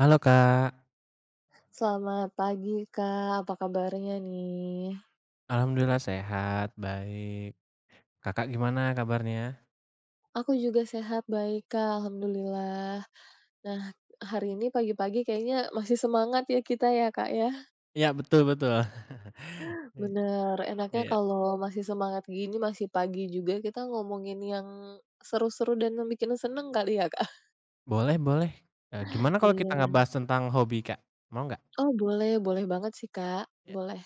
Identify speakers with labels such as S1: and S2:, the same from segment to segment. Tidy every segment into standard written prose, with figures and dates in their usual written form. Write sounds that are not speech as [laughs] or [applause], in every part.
S1: Halo Kak,
S2: Selamat pagi Kak, apa kabarnya nih?
S1: alhamdulillah sehat, baik. Kakak gimana kabarnya?
S2: Aku juga sehat, baik Kak, alhamdulillah. Nah, hari ini pagi-pagi kayaknya masih semangat ya kita ya Kak ya?
S1: Iya betul betul. [laughs]
S2: Bener, enaknya
S1: Iya,
S2: kalau masih semangat gini, masih pagi juga kita ngomongin yang seru-seru dan bikin seneng kali ya Kak?
S1: boleh boleh. Gimana kalau kita
S2: Iya.
S1: ngebahas tentang hobi Kak, mau nggak?
S2: Oh boleh, boleh banget sih Kak,
S1: Iya,
S2: boleh.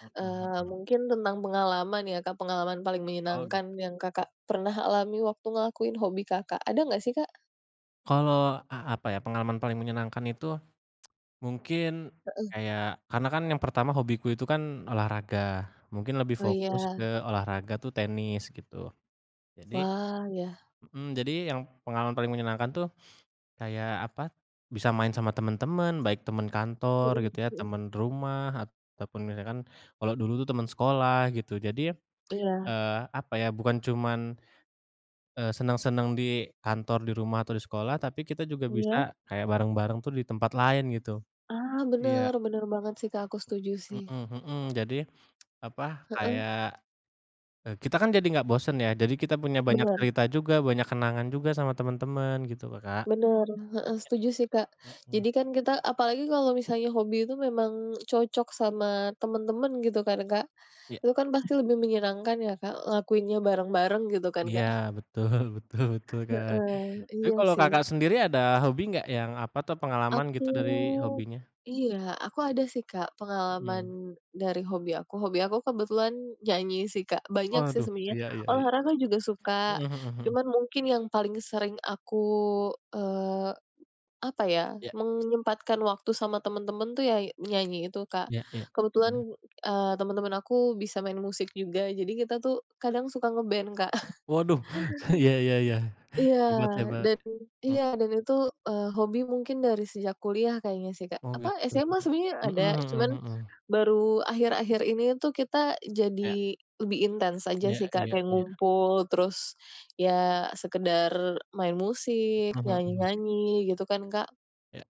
S1: mhm mhm.
S2: Mungkin tentang pengalaman ya Kak, pengalaman paling
S1: Oh
S2: menyenangkan
S1: gitu.
S2: yang Kakak pernah alami waktu ngelakuin hobi Kakak, ada nggak sih Kak?
S1: Kalau apa ya, pengalaman paling menyenangkan itu mungkin kayak karena kan yang pertama hobiku itu kan olahraga, mungkin lebih
S2: Oh
S1: fokus ke
S2: iya.
S1: olahraga tuh tenis gitu. Jadi
S2: Wah, ya.
S1: yang pengalaman paling menyenangkan tuh kayak apa, bisa main sama teman-teman baik teman kantor
S2: Mhm
S1: gitu ya,
S2: mhm.
S1: teman rumah, ataupun misalkan kalau dulu tuh teman sekolah gitu. Jadi,
S2: Iya
S1: eee, apa ya, bukan cuman, senang seneng di kantor, di rumah, atau di sekolah, tapi kita juga bisa
S2: iya.
S1: kayak bareng-bareng tuh di tempat lain gitu.
S2: Ah,
S1: Iya,
S2: bener bener banget sih, Kak, aku setuju sih.
S1: mhm mhm. Jadi apa,
S2: Heeh,
S1: kayak, kita kan jadi nggak bosen ya, jadi kita punya banyak
S2: bener
S1: cerita juga, banyak kenangan juga sama teman-teman gitu loh, Kak.
S2: bener, heeh, setuju sih, Kak.
S1: Mhm.
S2: Jadi kan kita apalagi kalau misalnya hobi itu memang cocok sama temen-temen gitu kan, Kak.
S1: Iya
S2: Itu kan pasti lebih menyenangkan ya, Kak, ngelakuinnya bareng-bareng gitu kan,
S1: iya,
S2: Kak.
S1: betul [laughs] betul betul, Kak.
S2: Heeh,
S1: Tapi
S2: iya
S1: kalau
S2: sih.
S1: Kakak sendiri ada hobi nggak yang apa tuh pengalaman
S2: Aku
S1: gitu dari hobinya?
S2: iya, aku ada sih, Kak,
S1: Mhm.
S2: pengalaman dari hobi aku. Hobi aku kebetulan nyanyi sih, Kak. Banyak sih
S1: Waduh,
S2: sebenarnya,
S1: iya iya iya.
S2: olahraga juga suka,
S1: Mhm mhm mhm.
S2: cuman mungkin yang paling sering aku, eee, apa ya,
S1: Iya
S2: menyempatkan waktu sama temen-temen tuh ya nyanyi itu, Kak.
S1: iya iya.
S2: Kebetulan,
S1: Mhm.
S2: temen-temen aku bisa main musik juga, jadi kita tuh kadang suka Kak.
S1: Waduh, [laughs] iya iya iya.
S2: Iya,
S1: Hebat hebat.
S2: dan
S1: Mhm.
S2: iya, dan itu, hobi mungkin dari sejak kuliah kayaknya sih, Kak.
S1: Oh
S2: Apa,
S1: gitu.
S2: SMA sebenarnya ada,
S1: Mhm mhm
S2: cuman
S1: mhm.
S2: baru akhir-akhir ini tuh kita
S1: Iya
S2: jadi lebih intens aja
S1: iya
S2: sih, Kak,
S1: iya
S2: kayak
S1: iya.
S2: ngumpul, terus ya sekedar main musik,
S1: Mhm mhm.
S2: nyanyi-nyanyi gitu kan, Kak.
S1: Iya.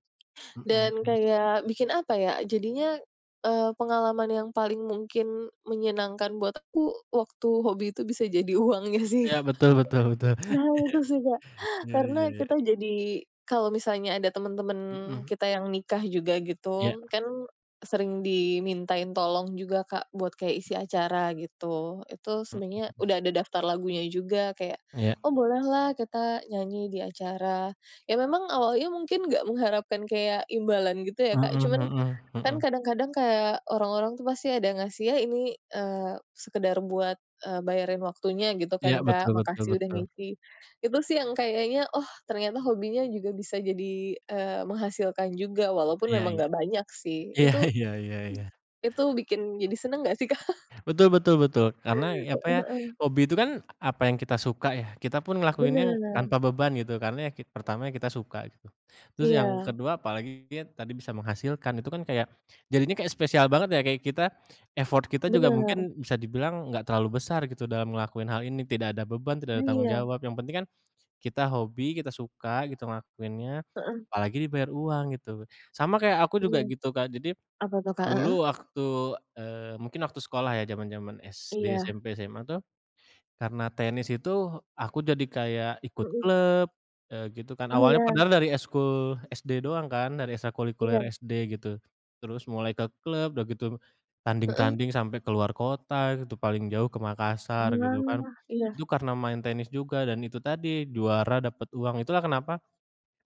S1: Mhm
S2: Dan
S1: mhm.
S2: kayak bikin apa ya, jadinya, pengalaman yang paling mungkin menyenangkan buat aku, waktu hobi itu bisa jadi [laughs] uangnya sih.
S1: Iya betul betul betul.
S2: Nah, itu sih, Kak.
S1: Iya iya
S2: Karena kita
S1: iya.
S2: jadi kalau misalnya ada teman-teman
S1: Mhm.
S2: kita yang nikah juga
S1: Iya.
S2: gitu, kan sering dimintain tolong juga Kak, buat kayak isi acara gitu. Itu
S1: Mhm.
S2: sebenarnya udah ada daftar lagunya juga kayak,
S1: Iya.
S2: "Oh bolehlah kita nyanyi di acara." Ya memang awalnya mungkin nggak mengharapkan kayak imbalan gitu ya
S1: Mhm
S2: Kak, cuman
S1: mhm
S2: kan
S1: mhm.
S2: kadang-kadang kayak orang-orang tuh pasti ada ngasih, "Ya ini, eee, sekedar buat, bayarin waktunya," gitu
S1: Iya
S2: kan,
S1: betul
S2: Kak,
S1: betul
S2: "Makasih udah
S1: betul.
S2: ngisi." Itu sih yang kayaknya, oh ternyata hobinya juga bisa jadi, menghasilkan juga walaupun
S1: Iya
S2: memang
S1: iya.
S2: nggak banyak sih.
S1: Iya
S2: Itu
S1: iya iya iya.
S2: itu bikin jadi seneng nggak sih, Kak?
S1: Betul betul betul. Karena
S2: [laughs]
S1: apa ya,
S2: Heeh heeh.
S1: hobi itu kan apa yang kita suka ya, kita pun ngelakuinnya
S2: Bener,
S1: tanpa beban gitu, karena ya pertama ya kita suka gitu. Terus yang
S2: iya,
S1: kedua apalagi ya tadi bisa menghasilkan, itu kan kayak jadinya kayak spesial banget ya, kayak effort kita juga
S2: bener,
S1: mungkin bisa dibilang nggak terlalu besar gitu dalam ngelakuin hal ini, tidak ada beban, tidak ada tanggung
S2: iya,
S1: jawab, yang penting kan kita hobi, kita suka gitu ngelakuinnya,
S2: heeh,
S1: apalagi dibayar uang gitu. Sama kayak aku juga
S2: iya.
S1: gitu, Kak, jadi
S2: Apa tuh, Kak? Heeh?
S1: dulu waktu, mungkin waktu sekolah ya, zaman-zaman SD,
S2: Iya,
S1: SMP, SMA tuh, karena tenis itu aku jadi kayak ikut
S2: mhm.
S1: klub, gitu kan.
S2: Oh
S1: Awalnya
S2: iya,
S1: padahal dari ekskul SD doang kan, dari ekstrakurikuler
S2: iya,
S1: SD gitu. Terus mulai ke klub, udah gitu
S2: heeh.
S1: tanding-tanding sampai keluar kota gitu, paling jauh ke Makassar gitu kan.
S2: Malah iya,
S1: Itu karena main tenis juga dan itu tadi, juara dapat uang. Itulah kenapa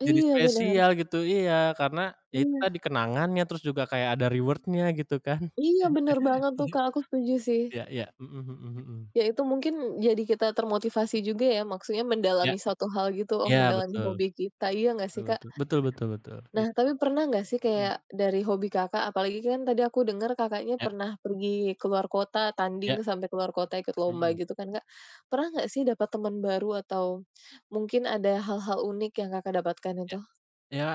S1: jadi
S2: iya bener,
S1: spesial gitu iya, karena ya itu tadi
S2: iya.
S1: kenangannya, terus juga kayak ada reward-nya gitu kan.
S2: Iya, bener banget tuh, Kak, aku setuju sih.
S1: Iya iya, mhm mhm mhm.
S2: Ya itu mungkin jadi kita termotivasi juga ya, maksudnya
S1: Iya
S2: mendalami suatu hal gitu, oh
S1: iya,
S2: mendalami
S1: betul,
S2: hobi kita, iya nggak sih,
S1: betul
S2: Kak?
S1: betul betul betul betul, iya,
S2: Nah, tapi pernah nggak sih
S1: mhm,
S2: kayak dari hobi Kakak, apalagi kan tadi aku dengar Kakaknya
S1: iya
S2: pernah pergi keluar kota,
S1: iya,
S2: tanding sampai keluar kota ikut lomba
S1: mhm,
S2: gitu kan, Kak. Pernah nggak sih dapat teman baru atau mungkin ada hal-hal unik yang Kakak dapatkan
S1: iya.
S2: itu?
S1: Ya,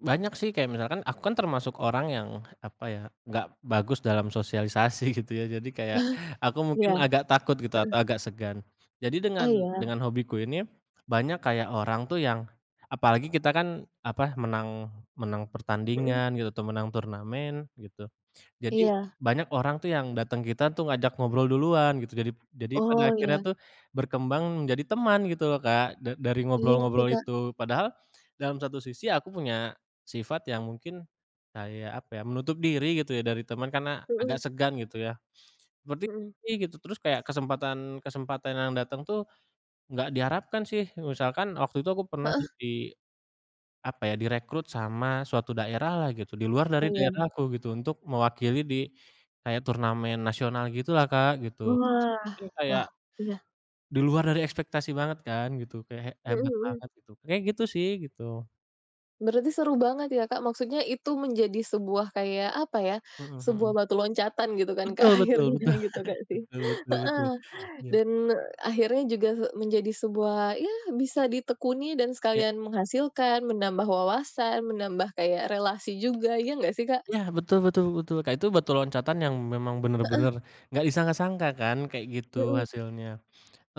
S1: banyak sih kayak misalkan aku kan termasuk orang yang, apa ya, nggak bagus dalam sosialisasi [laughs] gitu ya, jadi kayak aku mungkin
S2: Iya.
S1: agak takut gitu atau agak segan. Jadi
S2: Oh,
S1: dengan
S2: iya?
S1: dengan hobiku ini, banyak kayak orang tuh yang apalagi kita kan, apa, menang menang
S2: Mhm.
S1: pertandingan gitu atau menang turnamen gitu. Jadi
S2: Iya.
S1: banyak orang tuh yang datang kita tuh ngajak ngobrol duluan gitu, jadi pada
S2: Oh,
S1: akhirnya
S2: iya.
S1: tuh berkembang menjadi teman gitu loh, Kak, dari
S2: Iya sih,
S1: ngobrol-ngobrol
S2: Kak.
S1: itu. Padahal dalam satu sisi aku punya sifat yang mungkin kayak apa ya, menutup diri gitu ya dari teman karena agak
S2: Mhm,
S1: segan gitu ya, seperti
S2: mhm.
S1: ini gitu. Terus kayak kesempatan-kesempatan yang datang tuh nggak diharapkan sih, misalkan waktu itu aku pernah
S2: Heeh,
S1: di apa ya, direkrut sama suatu daerah lah gitu, di luar dari
S2: oh iya.
S1: daerahku gitu, untuk mewakili di kayak turnamen nasional gitulah, Kak, gitu.
S2: Wah,
S1: Kan kayak
S2: wah, iya.
S1: di luar dari ekspektasi banget kan gitu, kayak he
S2: Mhm
S1: hebat
S2: mhm.
S1: banget gitu. Kayak gitu sih gitu.
S2: Berarti seru banget ya, Kak, maksudnya itu menjadi sebuah kayak, apa ya,
S1: Mhm
S2: sebuah
S1: mhm.
S2: batu loncatan gitu kan, Kak,
S1: Betul
S2: [laughs]
S1: betul betul
S2: akhirnya gitu kak
S1: [laughs]
S2: sih?
S1: betul betul betul.
S2: Heeh,
S1: Iya.
S2: dan akhirnya juga menjadi sebuah, ya bisa ditekuni dan
S1: Iya
S2: sekalian menghasilkan, menambah wawasan, menambah kayak relasi juga, iya nggak sih, Kak?
S1: iya, betul betul betul, Kak, itu batu loncatan yang memang bener-bener nggak disangka-sangka kan kayak gitu
S2: Mhm,
S1: hasilnya.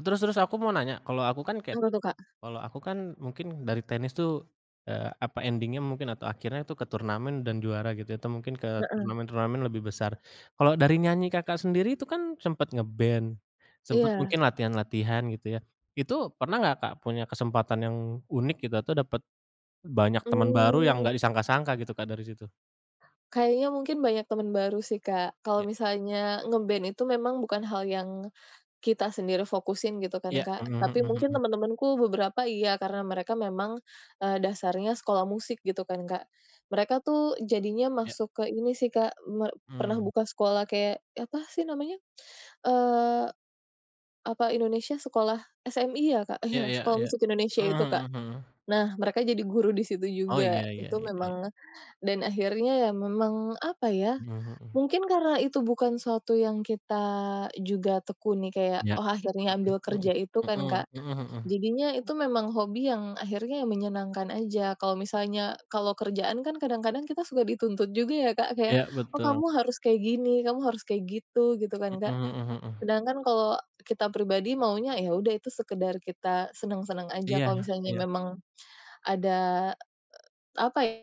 S1: Terus terus aku mau nanya,
S2: apa tuh, Kak?
S1: kalau aku kan mungkin dari tenis tuh, apa endingnya mungkin atau akhirnya tuh ke turnamen dan juara gitu ya, atau mungkin ke
S2: Heeh,
S1: turnamen-turnamen lebih besar. Kalau dari nyanyi Kakak sendiri itu kan sempet nge-band, sempet mungkin
S2: iya.
S1: latihan-latihan gitu ya. Itu pernah nggak Kak punya kesempatan yang unik gitu atau dapat banyak teman baru yang
S2: Mmm,
S1: nggak disangka-sangka gitu Kak dari situ?
S2: kayaknya mungkin banyak teman baru sih, Kak. Kalau
S1: Ya
S2: misalnya nge-band itu memang bukan hal yang kita sendiri fokusin gitu kan,
S1: ya.
S2: Kak.
S1: Mhm mhm
S2: Tapi mungkin
S1: mhm.
S2: teman-temanku beberapa iya, karena mereka memang, dasarnya sekolah musik gitu kan, Kak. Mereka tuh jadinya
S1: Ya.
S2: masuk ke ini sih, Kak, pernah
S1: Mmm.
S2: buka sekolah kayak apa sih namanya, eee, apa Indonesia sekolah SMI ya, Kak?
S1: Ya
S2: Iya,
S1: ya
S2: Sekolah
S1: ya.
S2: Musik Indonesia
S1: Mhm
S2: itu, Kak.
S1: mhm mhm.
S2: Nah, mereka jadi guru di situ
S1: Oh, iya
S2: juga.
S1: iya
S2: Itu
S1: iya iya.
S2: memang dan akhirnya ya memang apa ya,
S1: Mhm mhm.
S2: mungkin karena itu bukan suatu yang kita juga tekuni kayak,
S1: Ya.
S2: oh akhirnya
S1: Mhm
S2: ambil
S1: mhm.
S2: kerja itu kan
S1: Mhm
S2: Kak,
S1: mhm mhm.
S2: jadinya itu memang hobi yang akhirnya yang menyenangkan aja. Kalau misalnya kalau kerjaan kan kadang-kadang kita suka dituntut juga ya Kak, kayak,
S1: Iya
S2: "Oh
S1: betul,
S2: kamu harus kayak gini, kamu harus kayak gitu," gitu kan Kak.
S1: mhm mhm mhm.
S2: Sedangkan kalau kita pribadi maunya ya udah itu sekedar kita senang-senang aja,
S1: Iya
S2: kalau misalnya
S1: iya
S2: memang ada apa ya,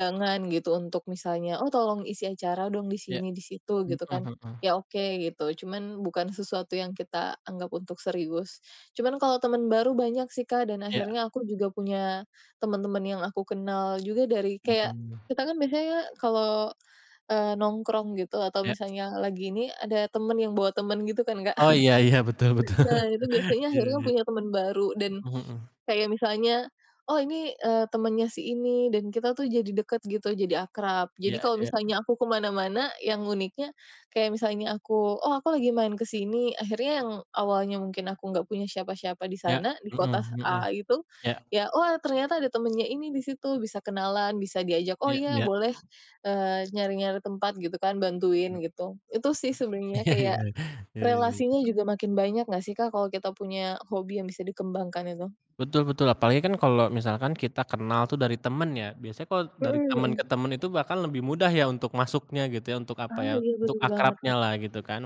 S2: jangan gitu untuk misalnya, "Oh tolong isi acara dong di
S1: iya,
S2: sini, di situ,"
S1: mhm
S2: gitu kan.
S1: mhm,
S2: Ya oke gitu, cuman bukan sesuatu yang kita anggap untuk serius. Cuman kalau teman baru banyak sih, Kak, dan
S1: iya,
S2: akhirnya aku juga punya teman-teman yang aku kenal juga dari kayak
S1: mhm,
S2: kita kan biasanya kalau, nongkrong gitu atau
S1: iya.
S2: misalnya lagi ini ada temen yang bawa temen gitu kan, Kak.
S1: Oh
S2: [laughs]
S1: iya iya, betul betul.
S2: Nah itu biasanya
S1: [laughs] Iya
S2: akhirnya
S1: iya,
S2: punya teman baru dan
S1: mhm mhm,
S2: kayak misalnya, "Oh ini, temennya si ini," dan kita tuh jadi deket gitu, jadi akrab.
S1: iya
S2: Jadi kalau
S1: iya,
S2: misalnya aku ke mana-mana, yang uniknya kayak misalnya aku, "Oh aku lagi main ke sini," akhirnya yang awalnya mungkin aku nggak punya siapa-siapa di
S1: iya,
S2: sana, di
S1: mhm
S2: kota
S1: mhm,
S2: A itu,
S1: iya
S2: ya, oh ternyata ada temennya ini di situ," bisa kenalan, bisa diajak, "Oh
S1: iya
S2: iya
S1: iya, iya
S2: boleh," nyari-nyari tempat gitu kan, bantuin gitu. Itu sih sebenarnya
S1: iya,
S2: kayak
S1: iya iya,
S2: relasinya
S1: iya.
S2: juga makin banyak nggak sih Kak, kalau kita punya hobi yang bisa dikembangkan itu?
S1: Betul betul, apalagi kan kalau misalkan kita kenal tuh dari temen ya, biasanya kalau dari
S2: Mhm
S1: temen ke
S2: mhm.
S1: temen itu bahkan lebih mudah ya untuk masuknya gitu ya, untuk apa ya,
S2: Ah, iya
S1: untuk
S2: bener banget,
S1: akrabnya
S2: Kak.
S1: lah gitu kan.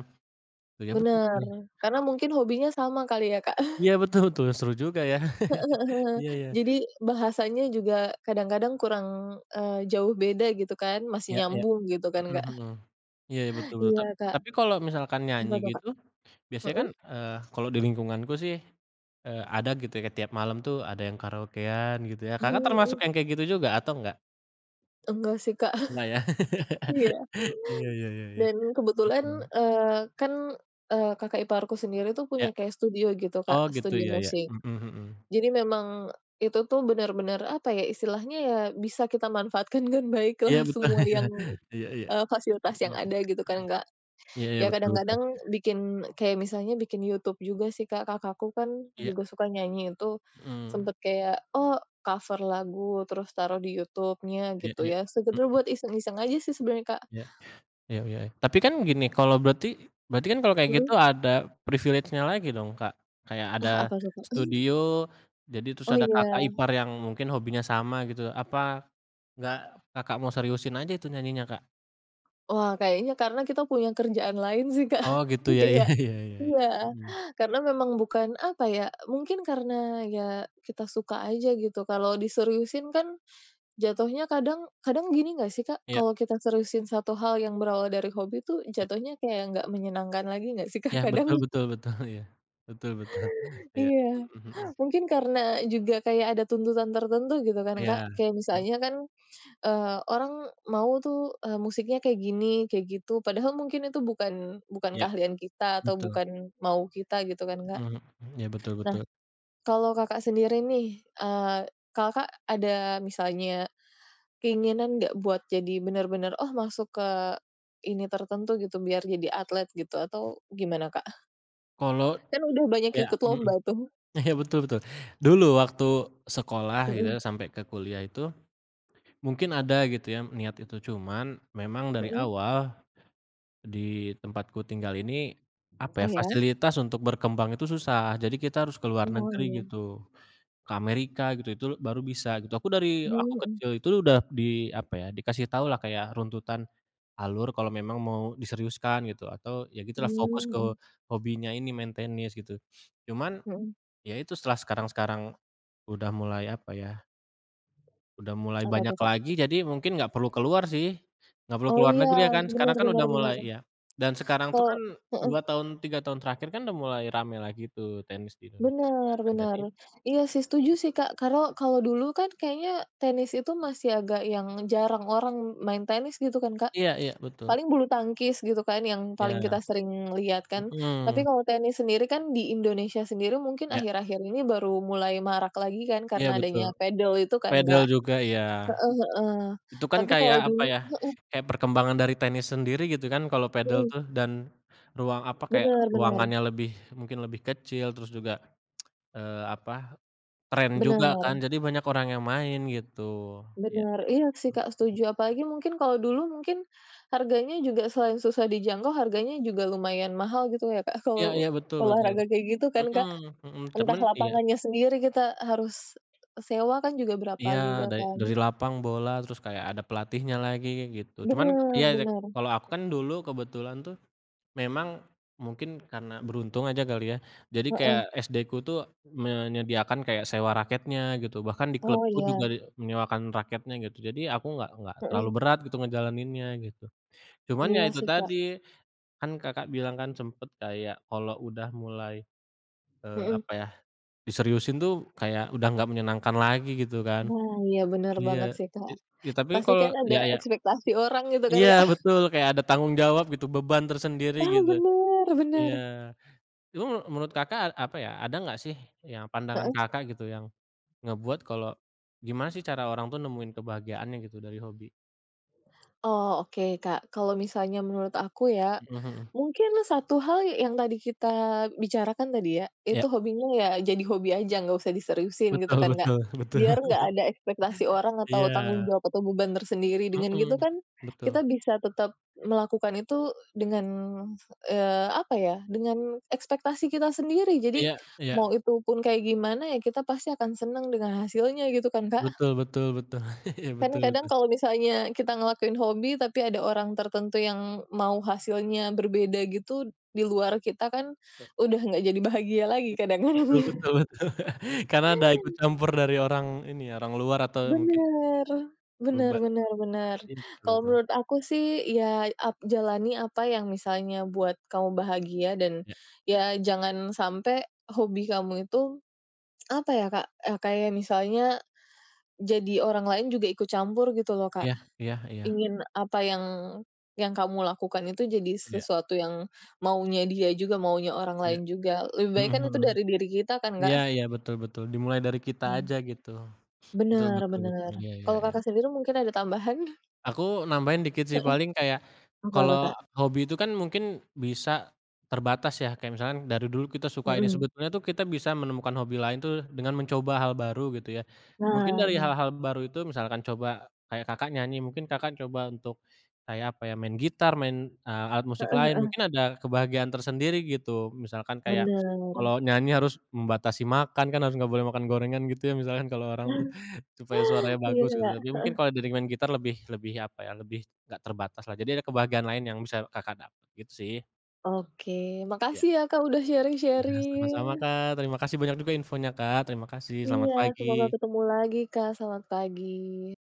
S1: Iya betul
S2: Bener,
S1: betul
S2: karena mungkin hobinya sama kali ya, Kak.
S1: iya betul betul, seru juga ya. [laughs] Iya
S2: [laughs]
S1: iya,
S2: Jadi bahasanya juga kadang-kadang kurang, jauh beda gitu kan, masih
S1: iya iya.
S2: nyambung gitu kan,
S1: Mhm
S2: Kak.
S1: mhm. Iya iya, betul betul. Ta
S2: Iya,
S1: tapi
S2: Kak.
S1: kalau misalkan
S2: Apa
S1: nyanyi
S2: tuh, Kak?
S1: gitu, biasanya kan,
S2: Mhm?
S1: kalau di lingkunganku sih, ada gitu ya tiap malam tuh ada yang karaokean gitu ya. Kakak termasuk
S2: Mhm,
S1: yang kayak gitu juga atau enggak?
S2: enggak sih, Kak. [laughs]
S1: Enggak ya?
S2: Iya,
S1: [laughs] Iya iya iya iya.
S2: dan kebetulan,
S1: Mhm.
S2: kan, kakak iparku sendiri tuh
S1: Ya.
S2: punya kayak studio gitu,
S1: Oh
S2: Kak,
S1: gitu,
S2: studio
S1: iya iya.
S2: musik.
S1: Mhm mhm.
S2: Jadi memang itu tuh benar-benar apa ya, istilahnya ya bisa kita manfaatkan [laughs] dengan baik
S1: Iya
S2: lah
S1: betul,
S2: semua
S1: [laughs] iya.
S2: yang
S1: Iya iya.
S2: fasilitas yang
S1: Mhm
S2: ada gitu
S1: mhm.
S2: kan, Kak.
S1: Iya iya,
S2: Ya
S1: betul betul.
S2: kadang-kadang bikin kayak misalnya bikin YouTube juga sih, Kak. Kakakku kan
S1: Iya.
S2: juga suka nyanyi itu,
S1: Mhm.
S2: sempet kayak, oh cover lagu terus taruh di YouTube-nya
S1: Iya
S2: gitu
S1: iya.
S2: ya, sekedar
S1: Mhm,
S2: buat iseng-iseng aja sih sebenarnya, Kak.
S1: iya. Iya iya iya. Tapi kan gini, kalau berarti berarti kan kalau kayak
S2: Mhm.
S1: gitu ada privilege-nya lagi dong, Kak? Kayak ada
S2: Ah, apa tuh, Kak?
S1: studio, jadi terus
S2: Oh
S1: ada kakak
S2: iya.
S1: ipar yang mungkin hobinya sama gitu. Apa nggak Kakak mau seriusin aja itu nyanyinya, Kak?
S2: Wah kayaknya karena kita punya kerjaan lain sih, Kak.
S1: Oh gitu
S2: [laughs]
S1: ya, [laughs] iya
S2: Kayak
S1: iya iya iya.
S2: iya,
S1: Mhm.
S2: karena memang bukan apa ya, mungkin karena ya kita suka aja gitu, kalau diseriusin kan jatuhnya kadang kadang gini nggak sih, Kak,
S1: Iya
S2: kalau kita seriusin satu hal yang berawal dari hobi tuh
S1: iya
S2: jatuhnya kayak nggak menyenangkan lagi nggak sih, Kak,
S1: iya,
S2: [laughs]
S1: betul
S2: kadang?
S1: betul betul, [laughs] iya. Betul betul, iya.
S2: Iya,
S1: Mhm mhm.
S2: mungkin karena juga kayak ada tuntutan tertentu gitu kan, Kak.
S1: Iya,
S2: Kayak
S1: mhm,
S2: misalnya kan, orang mau tuh, musiknya kayak gini, kayak gitu, padahal mungkin itu bukan bukan
S1: iya
S2: keahlian kita atau
S1: betul.
S2: bukan mau kita gitu kan, Kak.
S1: Mhm mhm, iya betul
S2: Nah,
S1: betul.
S2: kalau Kakak sendiri nih, Kakak ada misalnya keinginan nggak buat jadi bener-bener, oh masuk ke ini tertentu gitu biar jadi atlet gitu atau gimana, Kak?
S1: Kalau
S2: Kan udah banyak
S1: ya
S2: ikut
S1: mhm.
S2: lomba tuh.
S1: Iya, betul betul. Dulu waktu sekolah gitu ya,
S2: Mhm
S1: sampai ke kuliah itu, mungkin ada gitu ya niat itu, cuman memang dari
S2: mhm.
S1: awal di tempatku tinggal ini,
S2: Oh
S1: apa ya,
S2: ya?
S1: fasilitas untuk berkembang itu susah. Jadi kita harus ke luar
S2: Oh
S1: negeri
S2: iya.
S1: gitu, ke Amerika gitu, itu baru bisa gitu. Aku dari aku
S2: Mmm, mhm.
S1: kecil itu udah apa ya, dikasih tahu lah kayak runtutan alur kalau memang mau diseriuskan gitu, atau ya gitulah fokus
S2: Mmm,
S1: ke
S2: mhm
S1: hobinya ini, main tenis gitu. Cuman,
S2: mhm.
S1: ya itu setelah sekarang-sekarang udah mulai apa ya, udah mulai
S2: Apa
S1: banyak
S2: tuh, Kak?
S1: lagi jadi mungkin nggak perlu keluar sih, nggak perlu
S2: Oh
S1: keluar
S2: iya,
S1: negeri ya kan, sekarang
S2: bener
S1: kan
S2: bener
S1: udah
S2: bener.
S1: mulai iya, dan sekarang tuh kan
S2: Kalau heeh,
S1: 2 tahun, 3 tahun terakhir kan udah mulai rame lagi tuh tenis di Indonesia
S2: bener
S1: kan,
S2: bener.
S1: jadi
S2: Iya sih setuju sih, Kak, karena kalau dulu kan kayaknya tenis itu masih agak yang jarang orang main tenis gitu kan, Kak?
S1: iya iya betul,
S2: Paling bulu tangkis gitu kan yang paling kita
S1: iya,
S2: sering lihat kan. Tapi
S1: mhm,
S2: kalau tenis sendiri kan di Indonesia sendiri mungkin
S1: iya
S2: akhir-akhir ini baru mulai marak lagi kan
S1: iya
S2: karena adanya
S1: betul,
S2: padel itu kan,
S1: padel
S2: Kak.
S1: juga iya,
S2: Heeh heeh.
S1: itu kan
S2: Tapi kalau
S1: kayak apa
S2: dulu
S1: ya,
S2: mhm
S1: kayak perkembangan dari tenis sendiri gitu kan kalau padel
S2: mhm,
S1: tuh dan ruang apa, kayak
S2: bener bener
S1: ruangannya lebih mungkin lebih kecil terus juga, apa tren juga kan,
S2: bener
S1: jadi banyak orang yang main gitu. Iya.
S2: bener. Iya sih, Kak, setuju. Apalagi mungkin kalau dulu mungkin harganya juga selain susah dijangkau, harganya juga lumayan mahal gitu ya, Kak, [laughs]
S1: Iya
S2: kalau
S1: iya, betul betul.
S2: olahraga kayak gitu kan,
S1: Mhm
S2: Kak.
S1: mhm,
S2: Entah
S1: cuman iya
S2: lapangannya sendiri kita harus sewa kan juga berapa
S1: iya,
S2: juga
S1: dari
S2: kan.
S1: dari lapang bola, terus kayak ada pelatihnya lagi, gitu. Cuman
S2: Bener
S1: iya iya,
S2: bener,
S1: kalau aku kan dulu kebetulan tuh memang mungkin karena beruntung aja kali ya, jadi kayak
S2: heeh,
S1: SD-ku tuh menyediakan kayak sewa raketnya gitu, bahkan di
S2: oh
S1: klubku juga
S2: iya,
S1: menyewakan raketnya gitu, jadi aku nggak terlalu
S2: mhm,
S1: berat gitu ngejalaninnya gitu. Cuman ya
S2: iya
S1: itu
S2: sih, Kak,
S1: tadi kan Kakak bilang kan sempet kayak kalau udah mulai,
S2: mhm,
S1: apa ya, diseriusin tuh kayak udah nggak menyenangkan lagi gitu kan.
S2: nah iya bener
S1: Iya,
S2: banget sih,
S1: i
S2: Kak,
S1: ya tapi
S2: pasti
S1: kalau
S2: kan ada
S1: ya ya
S2: ekspektasi orang gitu kan,
S1: iya
S2: Kak,
S1: betul, kayak ada tanggung jawab gitu, beban tersendiri
S2: ah,
S1: gitu.
S2: bener bener.
S1: Iya, itu menurut Kakak apa ya, ada nggak sih yang pandangan Kakak gitu yang ngebuat kalau gimana sih cara orang tuh nemuin kebahagiaannya gitu dari hobi?
S2: Oh, oke, Kak. Kalau misalnya menurut aku ya,
S1: Mhm mhm.
S2: mungkin satu hal yang tadi kita bicarakan tadi ya,
S1: Iya,
S2: itu hobinya ya jadi hobi aja, nggak usah diseriusin gitu
S1: betul
S2: kan, Kak.
S1: betul betul.
S2: Biar nggak ada ekspektasi orang
S1: Iya,
S2: atau tanggung jawab atau beban tersendiri. Dengan gitu
S1: mhm,
S2: kan
S1: betul.
S2: kita bisa tetap melakukan itu dengan, apa ya, dengan ekspektasi kita sendiri. Jadi,
S1: Iya iya.
S2: mau itu pun kayak gimana ya kita pasti akan senang dengan hasilnya gitu kan, Kak.
S1: Betul betul betul. [laughs] Iya,
S2: Kan
S1: betul betul.
S2: kadang kalau misalnya kita ngelakuin hobi, tapi ada orang tertentu yang mau hasilnya berbeda gitu, di luar kita kan
S1: Ya.
S2: udah nggak jadi bahagia lagi kadang-kadang.
S1: Betul betul betul. Karena ada ikut campur dari orang ini ya, orang luar atau mungkin
S2: Bener, bener
S1: beban.
S2: bener bener.
S1: Iya, betul
S2: Kalau
S1: betul.
S2: menurut aku sih, ya jalani apa yang misalnya buat kamu bahagia dan
S1: Iya
S2: ya jangan sampai hobi kamu itu, apa ya Kak, kayak misalnya jadi orang lain juga ikut campur gitu loh, Kak.
S1: iya iya iya
S2: Ingin apa yang kamu lakukan itu jadi
S1: iya
S2: sesuatu yang maunya dia juga, maunya orang
S1: iya.
S2: lain juga. Lebih baik
S1: Mhm
S2: kan itu
S1: mhm.
S2: dari diri kita kan,
S1: Iya
S2: Kak?
S1: iya, betul betul. Dimulai dari kita
S2: Mhm.
S1: aja gitu. Betul
S2: Bener
S1: betul betul.
S2: bener.
S1: Iya iya
S2: Kalau
S1: iya.
S2: Kakak sendiri mungkin ada tambahan?
S1: Aku nambahin dikit sih, paling kayak
S2: Apa tuh,
S1: kalau
S2: Kak?
S1: hobi itu kan mungkin bisa terbatas ya, kayak misalkan dari dulu kita suka ini,
S2: Mhm.
S1: sebetulnya tuh kita bisa menemukan hobi lain tuh dengan mencoba hal baru gitu ya. Mungkin
S2: Nah,
S1: dari
S2: iya.
S1: hal-hal baru itu misalkan coba kayak Kakak nyanyi, mungkin Kakak coba untuk kayak apa ya, main gitar, main, alat musik
S2: Heeh
S1: lain,
S2: heeh.
S1: mungkin ada kebahagiaan tersendiri gitu. Misalkan kayak
S2: Bener.
S1: kalau nyanyi harus membatasi makan kan, harus nggak boleh makan gorengan gitu ya misalkan kalau orang tuh.
S2: [laughs]
S1: Supaya suaranya
S2: Iya,
S1: bagus gitu, tapi
S2: Kak.
S1: mungkin kalau dari main gitar lebih lebih apa ya, lebih nggak terbatas lah, jadi ada kebahagiaan lain yang bisa Kakak dapat gitu sih.
S2: Oke,
S1: Iya.
S2: makasih ya, Kak, udah
S1: [laughs]
S2: sharing-sharing.
S1: Sama-sama Kak, terima kasih banyak juga infonya Kak, terima kasih, selamat
S2: Iya, semoga
S1: pagi.
S2: ketemu lagi. Kak, selamat pagi.